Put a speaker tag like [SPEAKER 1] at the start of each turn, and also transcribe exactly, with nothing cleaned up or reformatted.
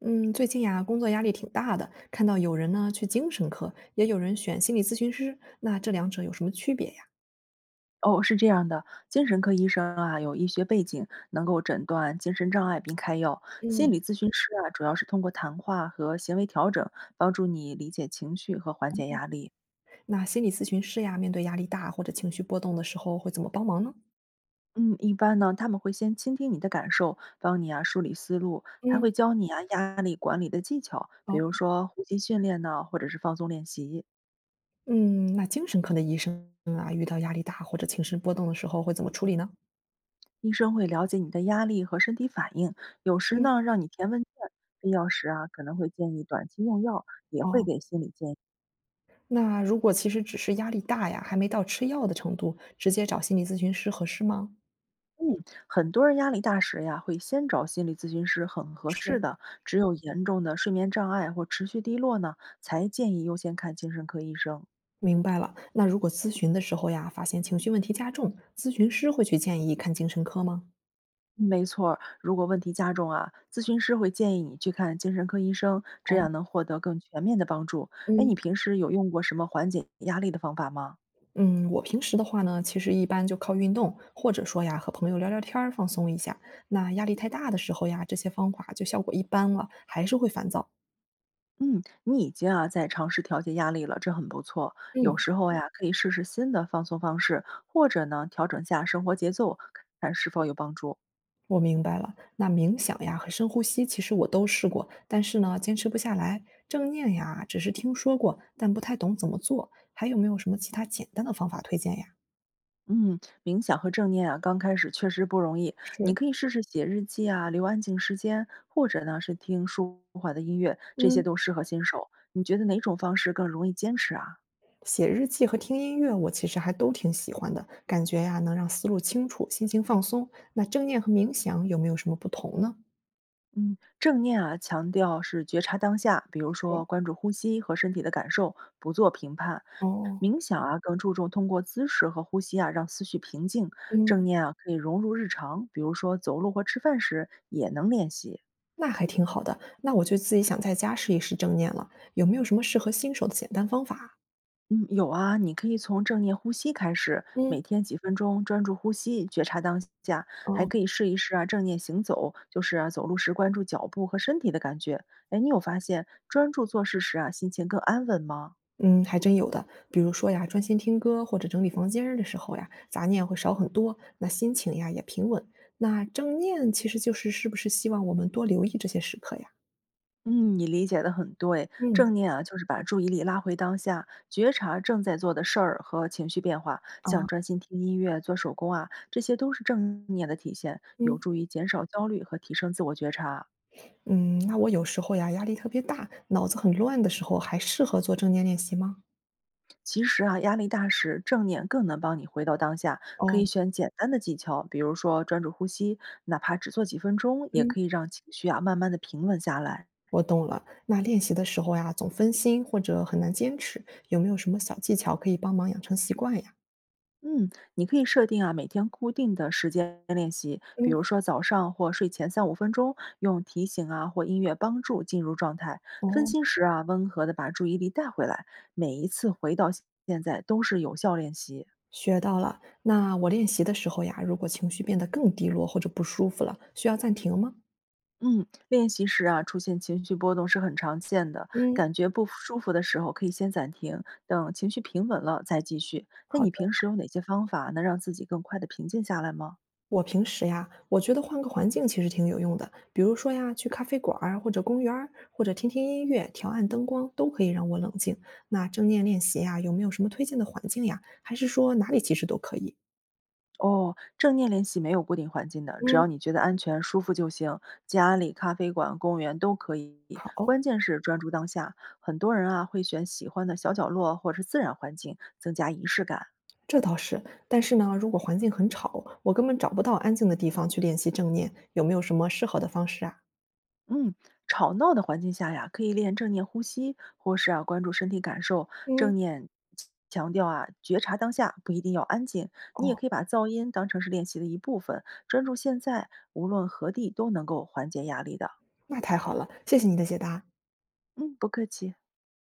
[SPEAKER 1] 嗯，最近呀，工作压力挺大的，看到有人呢去精神科，也有人选心理咨询师，那这两者有什么区别呀？
[SPEAKER 2] 哦，是这样的，精神科医生啊有医学背景，能够诊断精神障碍并开药。心
[SPEAKER 1] 嗯，
[SPEAKER 2] 理咨询师啊，主要是通过谈话和行为调整，帮助你理解情绪和缓解压力。
[SPEAKER 1] 那心理咨询师呀，面对压力大或者情绪波动的时候，会怎么帮忙呢？
[SPEAKER 2] 嗯，一般呢，他们会先倾听你的感受，帮你啊梳理思路，还会
[SPEAKER 1] 嗯，
[SPEAKER 2] 教你啊压力管理的技巧，比
[SPEAKER 1] 哦，
[SPEAKER 2] 如说呼吸训练呢，或者是放松练习。
[SPEAKER 1] 嗯，那精神科的医生啊，遇到压力大或者情绪波动的时候，会怎么处理呢？
[SPEAKER 2] 医生会了解你的压力和身体反应，有时
[SPEAKER 1] 嗯，
[SPEAKER 2] 呢让你填问卷，必要时啊可能会建议短期用药，也会
[SPEAKER 1] 哦，
[SPEAKER 2] 给心理建议。
[SPEAKER 1] 那如果其实只是压力大呀，还没到吃药的程度，直接找心理咨询师合适吗？
[SPEAKER 2] 嗯，很多人压力大时呀，会先找心理咨询师，很合适
[SPEAKER 1] 是。
[SPEAKER 2] 的。只有严重的睡眠障碍或持续低落呢，才建议优先看精神科医生。
[SPEAKER 1] 明白了。那如果咨询的时候呀，发现情绪问题加重，咨询师会去建议看精神科吗？
[SPEAKER 2] 嗯没错儿，如果问题加重啊，咨询师会建议你去看精神科医生，这
[SPEAKER 1] 哦，
[SPEAKER 2] 样能获得更全面的帮助。哎，你
[SPEAKER 1] 嗯
[SPEAKER 2] 平时有用过什么缓解压力的方法吗？
[SPEAKER 1] 嗯，我平时的话呢，其实一般就靠运动，或者说呀，和朋友聊聊天儿，放松一下。那压力太大的时候呀，这些方法就效果一般了，还是会烦躁。
[SPEAKER 2] 嗯，你已经啊在尝试调节压力了，这很不错。有
[SPEAKER 1] 嗯，
[SPEAKER 2] 时候呀，可以试试新的放松方式，或者呢调整下生活节奏，看是否有帮助。
[SPEAKER 1] 我明白了，那冥想呀和深呼吸，其实我都试过，但是呢，坚持不下来。正念呀，只是听说过，但不太懂怎么做。还有没有什么其他简单的方法推荐呀？
[SPEAKER 2] 嗯，冥想和正念啊，刚开始确实不容易。你
[SPEAKER 1] 是。
[SPEAKER 2] 可以试试写日记啊，留安静时间，或者呢是听舒缓的音乐，这些
[SPEAKER 1] 嗯。
[SPEAKER 2] 都适合新手。你觉得哪种方式更容易坚持啊？
[SPEAKER 1] 写日记和听音乐，我其实还都挺喜欢的，感觉呀能让思路清楚，心情放松。那正念和冥想有没有什么不同呢？
[SPEAKER 2] 嗯，正念啊，强调是觉察当下，比如
[SPEAKER 1] 是
[SPEAKER 2] 说关注呼吸和身体的感受，不做评判。
[SPEAKER 1] 哦，
[SPEAKER 2] 冥想啊，更注重通过姿势和呼吸啊，让思绪平静。正
[SPEAKER 1] 嗯，
[SPEAKER 2] 念啊，可以融入日常，比如说走路或吃饭时也能练习。
[SPEAKER 1] 那还挺好的。那我就自己想在家试一试正念了，有没有什么适合新手的简单方法？
[SPEAKER 2] 嗯，有啊，你可以从正念呼吸开始，
[SPEAKER 1] 嗯，
[SPEAKER 2] 每天几分钟专注呼吸，觉察当下，还
[SPEAKER 1] 哦，
[SPEAKER 2] 可以试一试啊正念行走，就是啊走路时关注脚步和身体的感觉。哎，你有发现专注做事时啊心情更安稳吗？
[SPEAKER 1] 嗯，还真有的。比如说呀，专心听歌或者整理房间的时候呀，杂念会少很多，那心情呀也平稳。那正念其实就是是不是希望我们多留意这些时刻呀？
[SPEAKER 2] 嗯，你理解的很对，
[SPEAKER 1] 嗯，
[SPEAKER 2] 正念啊就是把注意力拉回当下，觉察正在做的事儿和情绪变化，像
[SPEAKER 1] 啊，
[SPEAKER 2] 专心听音乐、做手工啊，这些都是正念的体现，有
[SPEAKER 1] 嗯。
[SPEAKER 2] 助于减少焦虑和提升自我觉察。
[SPEAKER 1] 嗯，那我有时候呀，压力特别大，脑子很乱的时候，还适合做正念练习吗？
[SPEAKER 2] 其实啊，压力大时，正念更能帮你回到当下。可以
[SPEAKER 1] 哦，
[SPEAKER 2] 选简单的技巧，比如说专注呼吸，哪怕只做几分钟，也
[SPEAKER 1] 嗯，
[SPEAKER 2] 可以让情绪啊慢慢的平稳下来。
[SPEAKER 1] 我懂了。那练习的时候呀，总分心或者很难坚持，有没有什么小技巧可以帮忙养成习惯呀？
[SPEAKER 2] 嗯，你可以设定啊每天固定的时间练习，比
[SPEAKER 1] 嗯，
[SPEAKER 2] 如说早上或睡前三五分钟，用提醒啊或音乐帮助进入状态。分
[SPEAKER 1] 哦，
[SPEAKER 2] 心时啊，温和的把注意力带回来。每一次回到现在都是有效练习。
[SPEAKER 1] 学到了。那我练习的时候呀，如果情绪变得更低落或者不舒服了，需要暂停吗？
[SPEAKER 2] 嗯，练习时啊，出现情绪波动是很常见的。
[SPEAKER 1] 嗯，
[SPEAKER 2] 感觉不舒服的时候，可以先暂停，等情绪平稳了再继续。那
[SPEAKER 1] 好
[SPEAKER 2] 你
[SPEAKER 1] 的。
[SPEAKER 2] 平时有哪些方法能让自己更快的平静下来吗？
[SPEAKER 1] 我平时呀，我觉得换个环境其实挺有用的，比如说呀，去咖啡馆儿啊或者公园儿，或者听听音乐、调暗灯光，都可以让我冷静。那正念练习呀，有没有什么推荐的环境呀？还是说哪里其实都可以？
[SPEAKER 2] 哦，正念练习没有固定环境的，只要
[SPEAKER 1] 嗯，
[SPEAKER 2] 你觉得安全舒服就行，家里、咖啡馆、公园都可以。
[SPEAKER 1] 好，
[SPEAKER 2] 关键是专注当下。很多人啊会选喜欢的小角落或者是自然环境，增加仪式感。
[SPEAKER 1] 这倒是。但是呢，如果环境很吵，我根本找不到安静的地方去练习正念，有没有什么适合的方式啊？
[SPEAKER 2] 嗯，吵闹的环境下呀，可以练正念呼吸，或是啊关注身体感受。正
[SPEAKER 1] 嗯
[SPEAKER 2] 念强调啊觉察当下，不一定要安静。你也
[SPEAKER 1] 哦，
[SPEAKER 2] 可以把噪音当成是练习的一部分，专注现在，无论何地都能够缓解压力的。
[SPEAKER 1] 那太好了，谢谢你的解答。
[SPEAKER 2] 嗯，不客气。